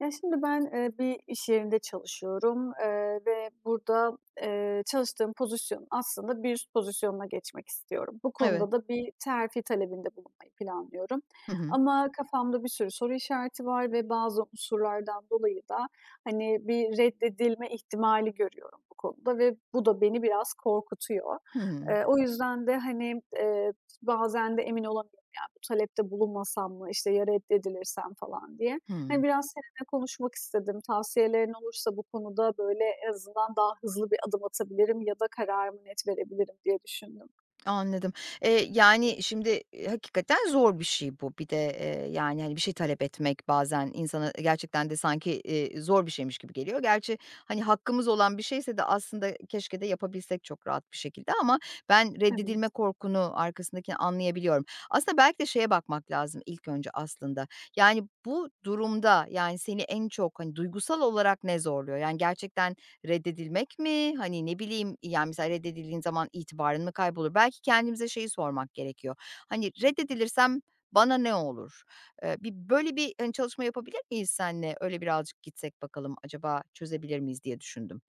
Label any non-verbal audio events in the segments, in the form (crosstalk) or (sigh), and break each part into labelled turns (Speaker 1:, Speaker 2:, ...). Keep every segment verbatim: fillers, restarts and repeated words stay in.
Speaker 1: Ya, şimdi ben, eee, bir iş yerinde çalışıyorum, eee, ve burada, eee, çalıştığım pozisyon aslında bir üst pozisyonuna geçmek istiyorum. Bu
Speaker 2: Evet.
Speaker 1: konuda da bir terfi talebinde bulunmayı planlıyorum
Speaker 2: Hı hı.
Speaker 1: ama kafamda bir sürü soru işareti var ve bazı unsurlardan dolayı da, hani, bir reddedilme ihtimali görüyorum bu konuda ve bu da beni biraz korkutuyor.
Speaker 2: Hı hı.
Speaker 1: Eee, o yüzden de, hani, eee, bazen de emin olamıyorum, ya, bu talepte bulunmasam mı, işte, ya reddedilirsem falan diye. Hani,
Speaker 2: Hımm.
Speaker 1: biraz seninle konuşmak istedim. Tavsiyelerin olursa bu konuda, böyle, en azından daha hızlı bir adım atabilirim ya da kararımı net verebilirim diye düşündüm.
Speaker 2: Anladım. Eee, yani, şimdi, eee, hakikaten zor bir şey bu. Bir de, eee, yani, hani, bir şey talep etmek bazen insana gerçekten de sanki, eee, zor bir şeymiş gibi geliyor. Gerçi, hani, hakkımız olan bir şeyse de aslında keşke de yapabilsek çok rahat bir şekilde ama ben reddedilme
Speaker 1: Evet.
Speaker 2: korkunu, arkasındakini anlayabiliyorum. Aslında belki de şeye bakmak lazım ilk önce aslında. Yani, bu durumda, yani, seni en çok, hani, duygusal olarak ne zorluyor? Yani, gerçekten reddedilmek mi? Hani, ne bileyim, yani, mesela reddedildiğin zaman itibarın mı kaybolur? Belki kendimize şeyi sormak gerekiyor. Hani, reddedilirsem bana ne olur? Eee, bir böyle bir, hani, çalışma yapabilir miyiz senle? Öyle birazcık gitsek bakalım acaba çözebilir miyiz diye düşündüm.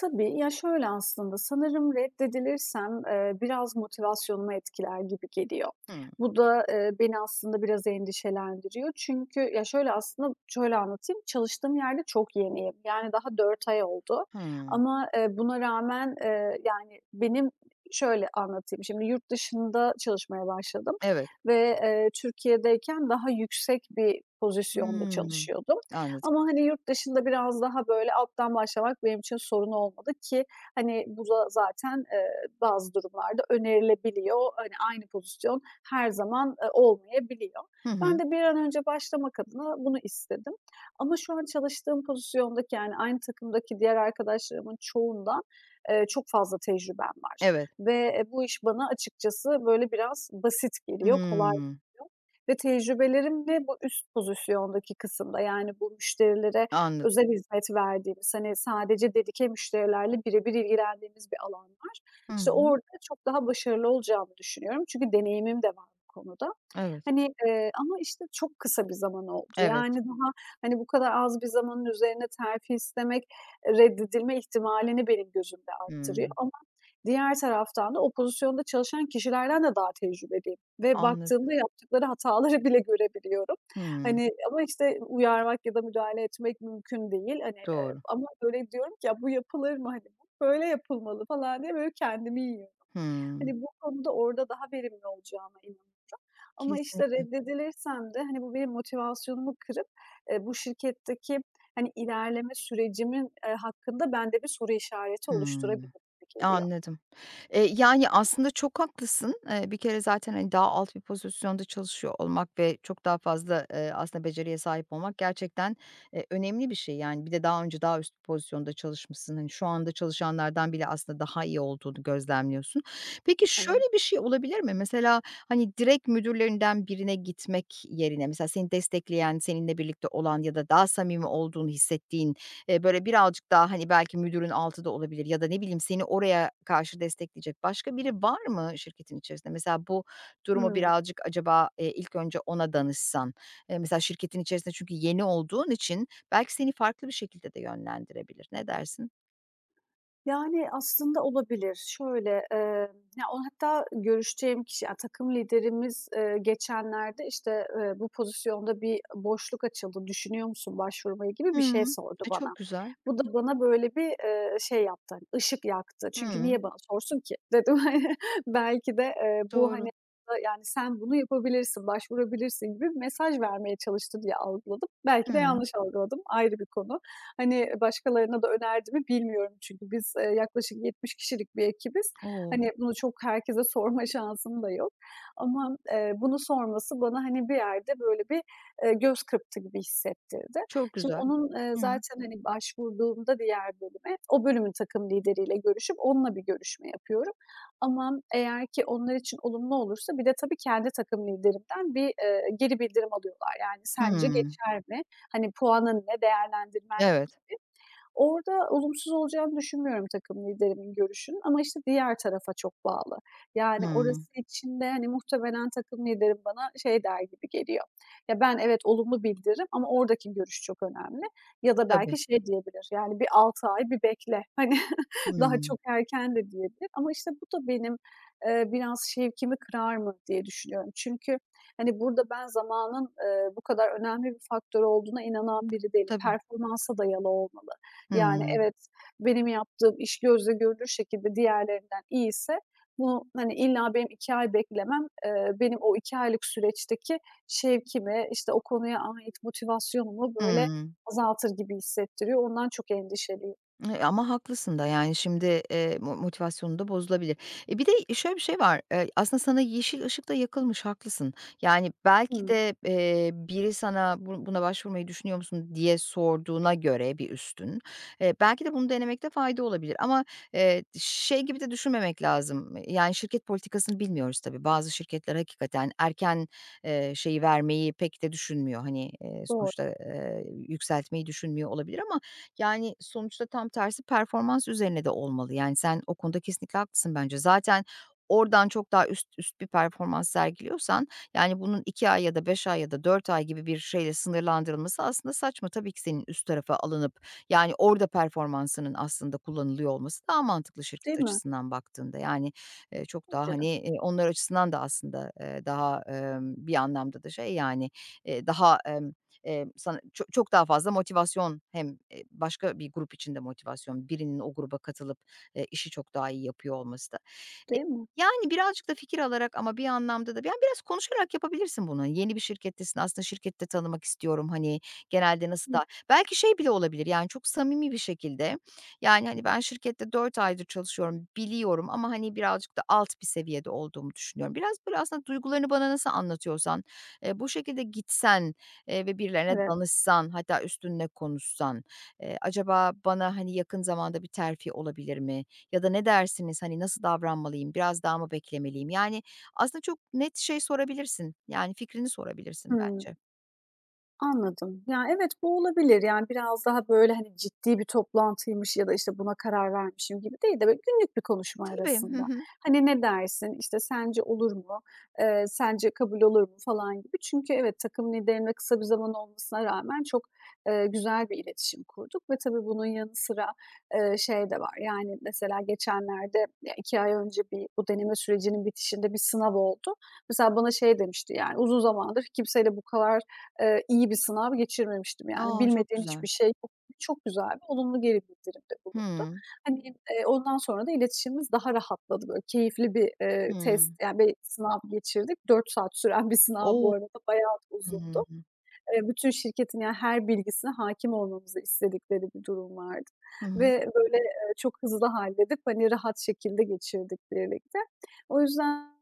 Speaker 1: Tabii, ya, şöyle aslında, sanırım reddedilirsem, eee, biraz motivasyonumu etkiler gibi geliyor.
Speaker 2: Hımm.
Speaker 1: Bu da, eee, beni aslında biraz endişelendiriyor. Çünkü ya, şöyle aslında, şöyle anlatayım, çalıştığım yerde çok yeniyim. Yani daha dört ay oldu
Speaker 2: Hımm.
Speaker 1: ama, eee, buna rağmen, eee, yani, benim şöyle anlatayım, şimdi yurt dışında çalışmaya başladım
Speaker 2: Evet.
Speaker 1: ve, eee, Türkiye'deyken daha yüksek bir pozisyonda
Speaker 2: Hımm.
Speaker 1: çalışıyordum.
Speaker 2: Anladım.
Speaker 1: Ama, hani, yurt dışında biraz daha böyle alttan başlamak benim için sorun olmadı ki, hani, bu da zaten, eee, bazı durumlarda önerilebiliyor. Hani, aynı pozisyon her zaman, eee, olmayabiliyor.
Speaker 2: Hı
Speaker 1: Ben
Speaker 2: hı.
Speaker 1: de bir an önce başlamak adına bunu istedim. Ama şu an çalıştığım pozisyondaki, yani, aynı takımdaki diğer arkadaşlarımın çoğundan, eee, çok fazla tecrübem var
Speaker 2: Evet.
Speaker 1: ve, eee, bu iş bana açıkçası böyle biraz basit geliyor, kolay
Speaker 2: Hımm.
Speaker 1: geliyor. Ve tecrübelerimle bu üst pozisyondaki kısımda, yani, bu müşterilere
Speaker 2: Anladım.
Speaker 1: özel hizmet verdiğimiz, hani, sadece dedike müşterilerle bire ilgilendiğimiz bir alan var.
Speaker 2: Hı
Speaker 1: İşte,
Speaker 2: hı.
Speaker 1: orada çok daha başarılı olacağımı düşünüyorum. Çünkü deneyimim de var bu konuda.
Speaker 2: Evet.
Speaker 1: Hani, eee, ama, işte, çok kısa bir zaman oldu.
Speaker 2: Evet.
Speaker 1: Yani, daha, hani, bu kadar az bir zamanın üzerine terfi istemek, reddedilme ihtimalini benim gözümde arttırıyor
Speaker 2: Hımm.
Speaker 1: ama diğer taraftan da o pozisyonda çalışan kişilerden de daha tecrübeliyim. Ve
Speaker 2: Anladım.
Speaker 1: baktığımda yaptıkları hataları (laughs) bile görebiliyorum.
Speaker 2: Hımm.
Speaker 1: Hani, ama, işte, uyarmak ya da müdahale etmek mümkün değil. Hani, eee,
Speaker 2: Doğru.
Speaker 1: ama böyle diyorum ki, "Ya, bu yapılır mı? Hani, bu böyle yapılmalı." falan diye böyle kendimi yiyorum.
Speaker 2: Hımm.
Speaker 1: Hani, bu konuda orada daha verimli olacağıma inanıyorum. Ama, işte,
Speaker 2: Kesinlikle.
Speaker 1: reddedilirsem de, hani, bu benim motivasyonumu kırıp, eee, bu şirketteki, hani, ilerleme sürecimin, eee, hakkında bende bir soru işareti oluşturabilir
Speaker 2: Hımm.
Speaker 1: gibi geliyor.
Speaker 2: Anladım. Eee, yani, aslında çok haklısın. Eee, bir kere zaten, hani, daha alt bir pozisyonda çalışıyor olmak ve çok daha fazla, eee, aslında beceriye sahip olmak gerçekten, eee, önemli bir şey. Yani, bir de daha önce daha üst bir pozisyonda çalışmışsın. Hani, şu anda çalışanlardan bile aslında daha iyi olduğunu gözlemliyorsun. Peki, şöyle bir
Speaker 1: Evet.
Speaker 2: şey olabilir mi? Mesela, hani, direkt müdürlerinden birine gitmek yerine, mesela seni destekleyen, seninle birlikte olan ya da daha samimi olduğunu hissettiğin. Eee, böyle, birazcık daha, hani, belki müdürün altı da olabilir ya da ne bileyim seni oraya karşı destekleyecek başka biri var mı şirketin içerisinde? Mesela bu durumu
Speaker 1: Hıı.
Speaker 2: birazcık acaba, eee, ilk önce ona danışsan, eee, mesela şirketin içerisinde çünkü yeni olduğun için belki seni farklı bir şekilde de yönlendirebilir. Ne dersin?
Speaker 1: Yani, aslında olabilir. Şöyle, eee, ya, o hatta görüşeceğim kişi, ya, takım liderimiz, eee, geçenlerde, işte, eee, "Bu pozisyonda bir boşluk açıldı, düşünüyor musun başvurmayı?" gibi bir şey
Speaker 2: Hımm.
Speaker 1: sordu
Speaker 2: E, çok
Speaker 1: bana.
Speaker 2: güzel.
Speaker 1: Bu da bana böyle bir, eee, şey yaptı, hani, ışık yaktı. Çünkü
Speaker 2: Hıı.
Speaker 1: niye bana sorsun ki dedim. (laughs) Belki de, eee, bu, hani,
Speaker 2: Doğru.
Speaker 1: yani, "Sen bunu yapabilirsin, başvurabilirsin." gibi bir mesaj vermeye çalıştı diye algıladım. Belki de
Speaker 2: Hıı.
Speaker 1: yanlış algıladım, ayrı bir konu. Hani, başkalarına da önerdi mi bilmiyorum çünkü biz, eee, yaklaşık yetmiş kişilik bir ekibiz.
Speaker 2: O!
Speaker 1: Hani, bunu çok herkese (laughs) sorma şansım da yok ama, eee, bunu sorması bana, hani, bir yerde böyle bir, eee, göz kırptı gibi hissettirdi.
Speaker 2: Çok
Speaker 1: Şimdi
Speaker 2: güzel.
Speaker 1: onun, eee,
Speaker 2: Hıı.
Speaker 1: zaten, hani, başvurduğumda diğer bölüme, o bölümün takım lideriyle görüşüp onunla bir görüşme yapıyorum ama eğer ki onlar için olumlu olursa bir de tabii kendi takım liderimden bir, eee, geri bildirim alıyorlar. Yani, "Sence
Speaker 2: Hıı.
Speaker 1: geçer mi? Hani puanın ne, değerlendirmen ne
Speaker 2: Evet.
Speaker 1: gibi. Orada olumsuz olacağını düşünmüyorum takım liderimin görüşünün ama, işte, diğer tarafa çok bağlı. Yani
Speaker 2: Hıı.
Speaker 1: orası için de, hani, muhtemelen takım liderim bana şey der gibi geliyor, ya, ben evet olumlu bildiririm ama oradaki görüş çok önemli ya da
Speaker 2: Tabii.
Speaker 1: belki şey diyebilir, yani, bir altı ay bir bekle, (laughs) hani, daha
Speaker 2: Hıı.
Speaker 1: çok erken de diyebilir ama, işte, bu da benim, eee, biraz şevkimi kırar mı diye düşünüyorum. Çünkü, hani, burada ben zamanın, eee, bu kadar önemli bir faktör olduğuna inanan biri değilim.
Speaker 2: Tabii.
Speaker 1: Performansa dayalı olmalı. Yani,
Speaker 2: Hıı.
Speaker 1: evet, benim yaptığım iş gözle görülür şekilde diğerlerinden iyiyse bunu, hani, illa benim iki ay beklemem, eee, benim o iki aylık süreçteki şevkimi, işte, o konuya ait motivasyonumu, böyle,
Speaker 2: Hıı.
Speaker 1: azaltır gibi hissettiriyor. Ondan çok endişeliyim.
Speaker 2: Eee, ama haklısın da, yani, şimdi, eee, mo motivasyonun da bozulabilir. E, bir de şöyle bir şey var, eee, aslında sana yeşil ışıkta yakılmış, haklısın. Yani, belki
Speaker 1: Hımm.
Speaker 2: de, eee, biri sana bu buna başvurmayı düşünüyor musun diye sorduğuna göre bir üstün, eee, belki de bunu denemekte fayda olabilir ama, eee, şey gibi de düşünmemek lazım, yani, şirket politikasını bilmiyoruz tabii. Bazı şirketler hakikaten erken, eee, şeyi vermeyi pek de düşünmüyor. Hani, eee,
Speaker 1: Doğru.
Speaker 2: sonuçta, eee, yükseltmeyi düşünmüyor olabilir ama yani, sonuçta tam tersi performans üzerine de olmalı. Yani, sen o konuda kesinlikle haklısın bence. Zaten oradan çok daha üst üst bir performans sergiliyorsan, yani, bunun iki ay ya da beş ay ya da dört ay gibi bir şeyle sınırlandırılması aslında saçma. Tabii ki senin üst tarafa alınıp, yani, orada performansının aslında kullanılıyor olması daha mantıklı şirket
Speaker 1: Değil mi?
Speaker 2: açısından baktığında. Yani, eee, çok daha,
Speaker 1: Bence
Speaker 2: hani,
Speaker 1: de.
Speaker 2: eee, onlar açısından da aslında, eee, daha, emm, bir anlamda da şey, yani, eee, daha, emm Eee, sana ço çok daha fazla motivasyon hem, eee, başka bir grup için de motivasyon, birinin o gruba katılıp, eee, işi çok daha iyi yapıyor olması da. E,
Speaker 1: Değil mi?
Speaker 2: yani, birazcık da fikir alarak ama bir anlamda da yani, biraz konuşarak yapabilirsin bunu. Yeni bir şirkettesin, aslında şirkette tanımak istiyorum, hani, genelde nasıl
Speaker 1: Hı.
Speaker 2: da belki şey bile olabilir, yani, çok samimi bir şekilde, yani, hani, ben şirkette dört aydır çalışıyorum, biliyorum ama, hani, birazcık da alt bir seviyede olduğumu düşünüyorum. Biraz böyle aslında duygularını bana nasıl anlatıyorsan, eee, bu şekilde gitsen, Eee, ve birilerine
Speaker 1: Evet.
Speaker 2: danışsan, hatta üstüne konuşsan, eee, acaba bana, hani, yakın zamanda bir terfi olabilir mi ya da ne dersiniz, hani, nasıl davranmalıyım, biraz daha mı beklemeliyim? Yani, aslında çok net şey sorabilirsin, yani, fikrini sorabilirsin
Speaker 1: Hıı.
Speaker 2: bence.
Speaker 1: Anladım. Ya, evet, bu olabilir. Yani, biraz daha, böyle, hani, ciddi bir toplantıymış ya da, işte, buna karar vermişim gibi değil de böyle günlük bir konuşma
Speaker 2: Tabii, hı
Speaker 1: arasında.
Speaker 2: hı.
Speaker 1: Hani, "Ne dersin?", İşte "Sence olur mu?", eee, "Sence kabul olur mu?" falan gibi. Çünkü evet, takım liderimle kısa bir zaman olmasına rağmen çok, eee, güzel bir iletişim kurduk ve tabii bunun yanı sıra, eee, şey de var, yani, mesela geçenlerde, ya, iki ay önce bir bu deneme sürecinin bitişinde bir sınav oldu. Mesela bana şey demişti, yani, "Uzun zamandır kimseyle bu kadar Eee, iyi bir sınav geçirmemiştim yani.
Speaker 2: A, çok
Speaker 1: Bilmediğin
Speaker 2: güzel.
Speaker 1: hiçbir şey yok. Çok güzel bir olumlu geri bildirimde bulundu.
Speaker 2: Hıı.
Speaker 1: Hani, eee, ondan sonra da iletişimimiz daha rahatladı. Böyle keyifli bir, eee, test,
Speaker 2: Hıı.
Speaker 1: yani, bir sınav geçirdik. Dört saat süren bir sınav
Speaker 2: O!
Speaker 1: bu arada. Bayağı da
Speaker 2: Hıı.
Speaker 1: uzundu. Eee, bütün şirketin, yani, her bilgisine hâkim olmamızı istedikleri bir durum vardı
Speaker 2: Hı hı.
Speaker 1: ve böyle, eee, çok hızlı halledip, hani, rahat şekilde geçirdik birlikte. O yüzden,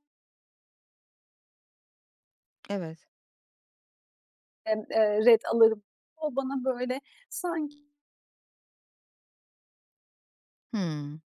Speaker 2: Evet.
Speaker 1: emm, eee, red alırım. O bana böyle sanki
Speaker 2: Hıı.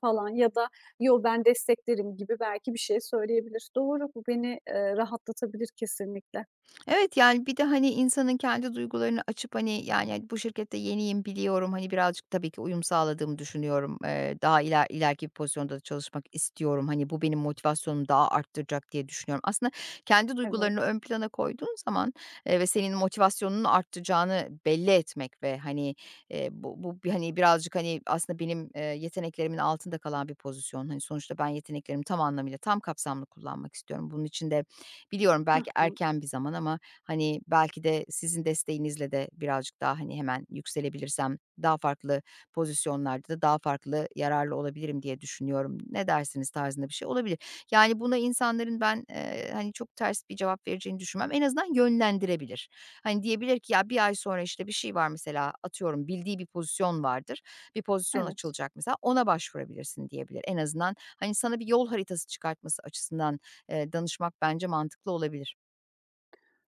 Speaker 1: falan ya da "Yo, ben desteklerim." gibi belki bir şey söyleyebilir. Doğru, bu beni, eee, rahatlatabilir kesinlikle.
Speaker 2: Evet, yani, bir de, hani, insanın kendi duygularını açıp, hani, yani, bu şirkette yeniyim, biliyorum, hani, birazcık tabii ki uyum sağladığımı düşünüyorum. Eee, daha iler ileriki bir pozisyonda da çalışmak istiyorum. Hani, bu benim motivasyonumu daha arttıracak diye düşünüyorum. Aslında kendi duygularını
Speaker 1: Evet.
Speaker 2: ön plana koyduğun zaman, eee, ve senin motivasyonunu arttıracağını belli etmek ve, hani, eee, bu bu, bir- hani, birazcık, hani, aslında benim, eee, yeteneklerimin altında kalan bir pozisyon. Hani, sonuçta ben yeteneklerimi tam anlamıyla, tam kapsamlı kullanmak istiyorum. Bunun için de biliyorum
Speaker 1: Hı
Speaker 2: belki
Speaker 1: hı.
Speaker 2: erken bir zaman ama, hani, belki de sizin desteğinizle de birazcık daha, hani, hemen yükselebilirsem daha farklı pozisyonlarda da daha farklı yararlı olabilirim diye düşünüyorum. Ne dersiniz tarzında bir şey olabilir. Yani, buna insanların ben, eee, hani, çok ters bir cevap vereceğini düşünmem. En azından yönlendirebilir. Hani, diyebilir ki ya bir ay sonra, işte, bir şey var mesela atıyorum bildiği bir pozisyon vardır. Bir pozisyon
Speaker 1: Evet.
Speaker 2: açılacak mesela, ona başvurabilirsin diyebilir. En azından, hani, sana bir yol haritası çıkartması açısından Eee, danışmak bence mantıklı olabilir.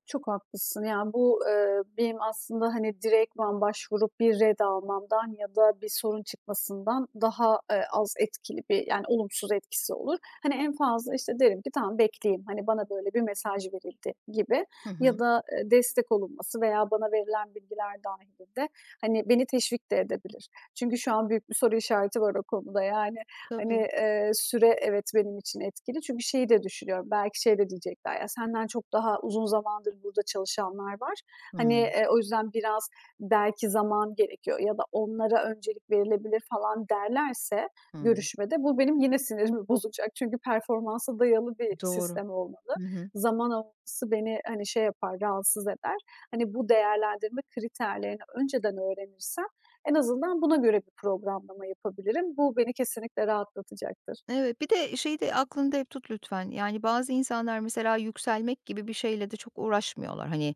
Speaker 1: Çok haklısın. Yani, bu, eee, benim aslında, hani, direktman başvurup bir red almamdan ya da bir sorun çıkmasından daha, eee, az etkili bir, yani, olumsuz etkisi olur. Hani, en fazla, işte, derim ki "Tamam, bekleyeyim. Hani, bana böyle bir mesaj verildi." gibi
Speaker 2: Hı
Speaker 1: ya
Speaker 2: hı.
Speaker 1: da, eee, destek olunması veya bana verilen bilgiler dahilinde hani, beni teşvik de edebilir. Çünkü şu an büyük bir soru işareti var o konuda, yani. Hani,
Speaker 2: Tabii.
Speaker 1: eee, süre evet benim için etkili çünkü şeyi de düşünüyorum, belki şey de diyecekler, "Ya, senden çok daha uzun zamandır burada çalışanlar var." Hani,
Speaker 2: Hımm.
Speaker 1: eee, o yüzden biraz belki zaman gerekiyor ya da onlara öncelik verilebilir falan derlerse
Speaker 2: Hımm.
Speaker 1: görüşmede bu benim yine sinirimi (laughs) bozacak. Çünkü performansa dayalı bir
Speaker 2: Doğru.
Speaker 1: sistem olmalı.
Speaker 2: Hı hı.
Speaker 1: Zaman alması beni, hani, şey yapar, rahatsız eder. Hani, bu değerlendirme kriterlerini önceden öğrenirsem en azından buna göre bir programlama yapabilirim. Bu beni kesinlikle rahatlatacaktır.
Speaker 2: Evet, bir de şeyi de aklında hep tut lütfen. Yani bazı insanlar mesela yükselmek gibi bir şeyle de çok uğraşmıyorlar. Hani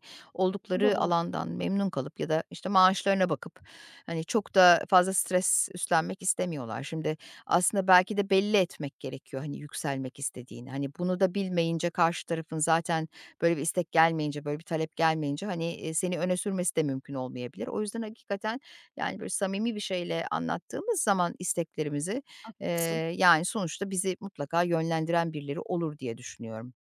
Speaker 1: O da
Speaker 2: oldukları
Speaker 1: doğru,
Speaker 2: alandan memnun kalıp ya da işte maaşlarına bakıp hani çok da fazla stres üstlenmek istemiyorlar. Şimdi aslında belki de belli etmek gerekiyor hani yükselmek istediğini. Hani bunu da bilmeyince karşı tarafın zaten böyle bir istek gelmeyince böyle bir talep gelmeyince hani e, seni öne sürmesi de mümkün olmayabilir. O yüzden hakikaten yani böyle samimi bir şeyle anlattığımız zaman isteklerimizi. Eee,
Speaker 1: haklısın.
Speaker 2: yani, sonuçta bizi mutlaka yönlendiren birileri olur diye düşünüyorum.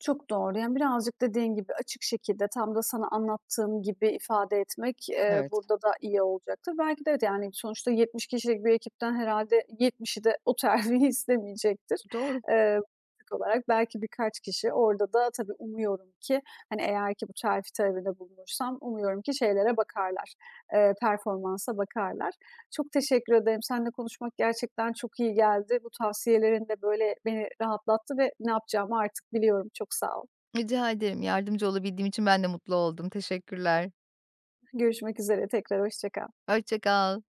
Speaker 1: Çok doğru. Yani birazcık dediğin gibi açık şekilde tam da sana anlattığım gibi ifade etmek, eee,
Speaker 2: Evet.
Speaker 1: burada da iyi olacaktır. Belki de yani sonuçta yetmiş kişilik bir ekipten herhalde yetmişi de o terfiyi (laughs) istemeyecektir.
Speaker 2: Doğru.
Speaker 1: Eee, Teknik olarak belki birkaç kişi orada da tabii umuyorum ki, hani, eğer ki bu terfi talebinde bulunursam umuyorum ki şeylere bakarlar, eee, performansa bakarlar. Çok teşekkür ederim. Seninle konuşmak gerçekten çok iyi geldi. Bu tavsiyelerin de, böyle, beni rahatlattı ve ne yapacağımı artık biliyorum. Çok sağ ol.
Speaker 2: Rica ederim. Yardımcı olabildiğim için ben de mutlu oldum. Teşekkürler.
Speaker 1: Görüşmek üzere tekrar, hoşça kal.
Speaker 2: Hoşça kal.